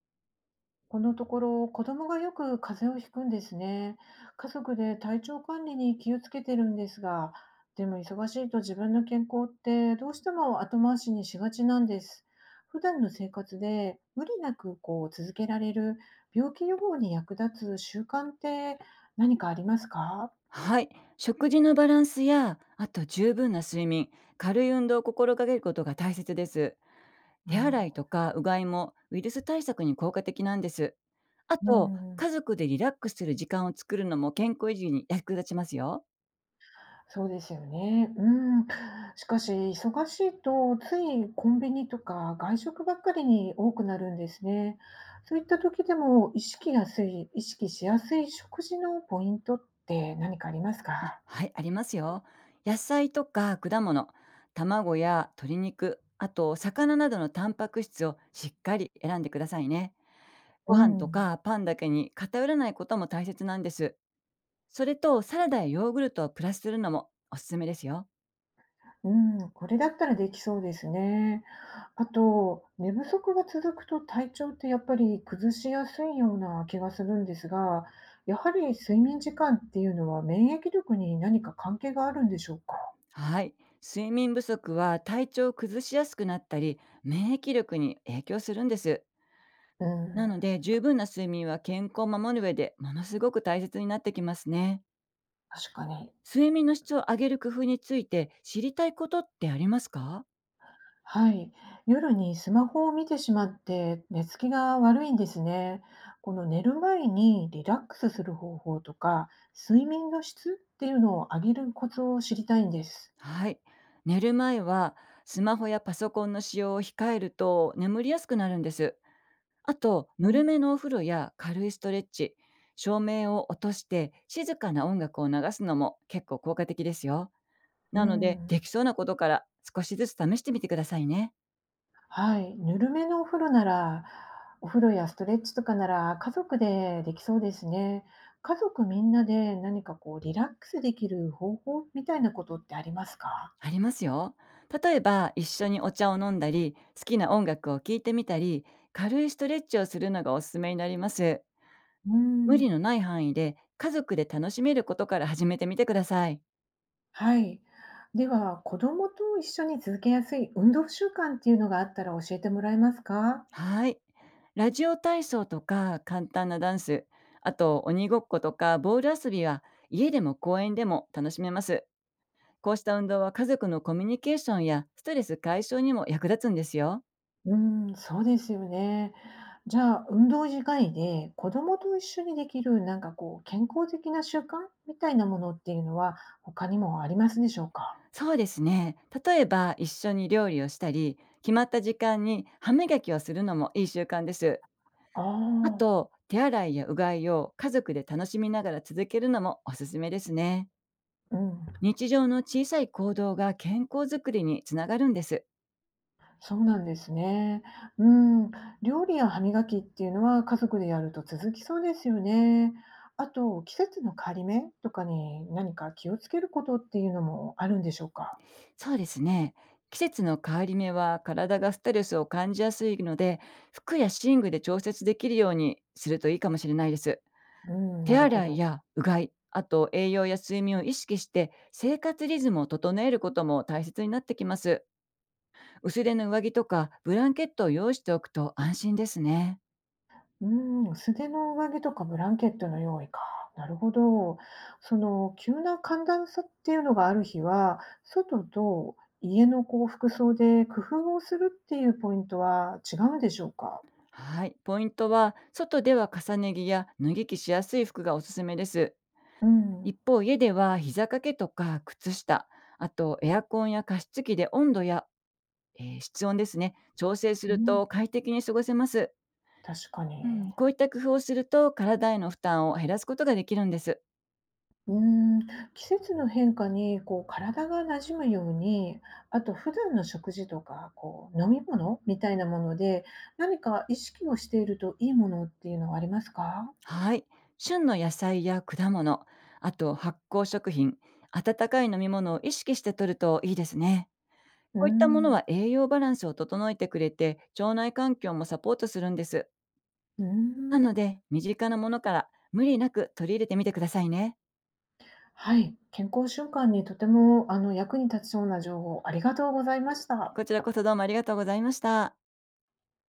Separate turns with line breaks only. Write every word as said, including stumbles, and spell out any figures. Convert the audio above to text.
このところ子供がよく風邪をひくんですね。家族で体調管理に気をつけてるんですが、でも忙しいと自分の健康ってどうしても後回しにしがちなんです。普段の生活で無理なくこう続けられる病気予防に役立つ習慣って何かありますか？
はい、食事のバランスや、あと十分な睡眠、軽い運動を心がけることが大切です。
う
手洗いとかうがいもウイルス対策に効果的なんです。あ
ん、う
と、家
ん
族でリラックスする時間を作るのも健康維持に役立ちますよ。
そうですよね。うん。しかし、忙しいとついコンビニとか外食ばっかりに多くなるんですね。そういった時でも意識やすい意識しやすい食事のポイントって何かあります
あ、
か？
はい、ありますよ。野菜とか果物、卵や鶏肉、あと魚などのタンパク質をしっかり選んでくださいね。
う
ご飯と
ん。
かパンだけに偏らないことも大切なんです。それとサラダやヨーグルトをプラスするのもおすすめですよ。
うん、これだったらできそうですね。あと、寝不足が続くと体調ってやっぱり崩しやすいような気がするんですが、やはり睡眠時間っていうのは免疫力に何か関係があるんでしょうか？
はい。睡眠不足は体調を崩しやすくなったり、免疫力に影響するんです。
うー
なの
ん。
で、十分な睡眠は健康を守る上でものすごく大切になってきますね。
確かに。
睡眠の質を上げる工夫について知りたいことってありますか？
はい。夜にスマホを見てしまって寝つきが悪いんですね。この寝る前にリラックスする方法とか、睡眠の質っていうのを上げるコツを知りたいんです。
はい。寝る前はスマホやパソコンの使用を控えると眠りやすくなるんです。あと、
う
ぬ
ん、
るめのお風呂や軽いストレッチ、照明を落として静かな音楽を流すのも結構効果的ですよ。
う
なので、
ん。
できそうなことから少しずつ試してみてくださいね。
はい。ぬるめのお風呂なら、お風呂やストレッチとかなら家族でできそうですね。家族みんなで何かこうリラックスできる方法みたいなことってありますか。
ありますよ。例えば、一緒にお茶を飲んだり、好きな音楽を聴いてみたり、軽いストレッチをするのがおすすめになります。
う
無理
ん。
のない範囲で家族で楽しめることから始めてみてください。
はい。では、子供と一緒に続けやすい運動習慣っていうのがあったら教えてもらえますか。
はい。ラジオ体操とか簡単なダンス、あと鬼ごっことかボール遊びは家でも公園でも楽しめます。こうした運動は家族のコミュニケーションやストレス解消にも役立つんですよ。
うん、そうですよね。じゃあ、運動以外で子供と一緒にできる、なんかこう、健康的な習慣みたいなものっていうのは、他にもありますでしょうか。
そうですね。例えば一緒に料理をしたり、決まった時間に歯磨きをするのもいい習慣です。
あ
あ
あ
と、手洗いやうがいを家族で楽しみながら続けるのもおすすめですね。
ー、うん。
日常の小さい行動が健康づくりにつながるんです。
そうなんですね。うん、料理や歯磨きっていうのは家族でやると続きそうですよね。あと、季節の変わり目とかに何か気をつけることっていうのもあるんでしょうか。
そうですね。季節の変わり目は体がストレスを感じやすいので、服や寝具で調節できるようにするといいかもしれないです。
うん、
手
なるほ
洗い
ど。
やうがい、あと栄養や睡眠を意識して生活リズムを整えることも大切になってきます。薄手の上着とかブランケットを用意しておくと安心ですね。
うん、素手の上着とかブランケットの用意か。なるほど。その急な寒暖差っていうのがある日は、外と家のこう服装で工夫をするっていうポイントは違うんでしょうか。
はい。ポイントは、外では重ね着や脱ぎ着しやすい服がおすすめです。
うん、
一方、家では膝掛けとか靴下、あとエアコンや加湿器で温度や、えー室温ですね、調整す
う
る
ん、
と快適に過ごせます。
確か
う
に。
ん、こういった工夫をすると体への負担を減らすことができるんです。
うーん、季節の変化にこう体が馴染むように、あと普段の食事とか、こう飲み物みたいなもので、何か意識をしているといいものっていうのはありますか？
はい。旬の野菜や果物、あと発酵食品、温かい飲み物を意識して摂るといいですね。
うー
こういったもの
ん、
は栄養バランスを整えてくれて、腸内環境もサポートするんです。
うー
な
ん、
ので、身近なものから無理なく取り入れてみてくださいね。
はい、健康習慣にとてもあの役に立ちそうな情報ありがとうございました。
こちらこそどうもありがとうございました。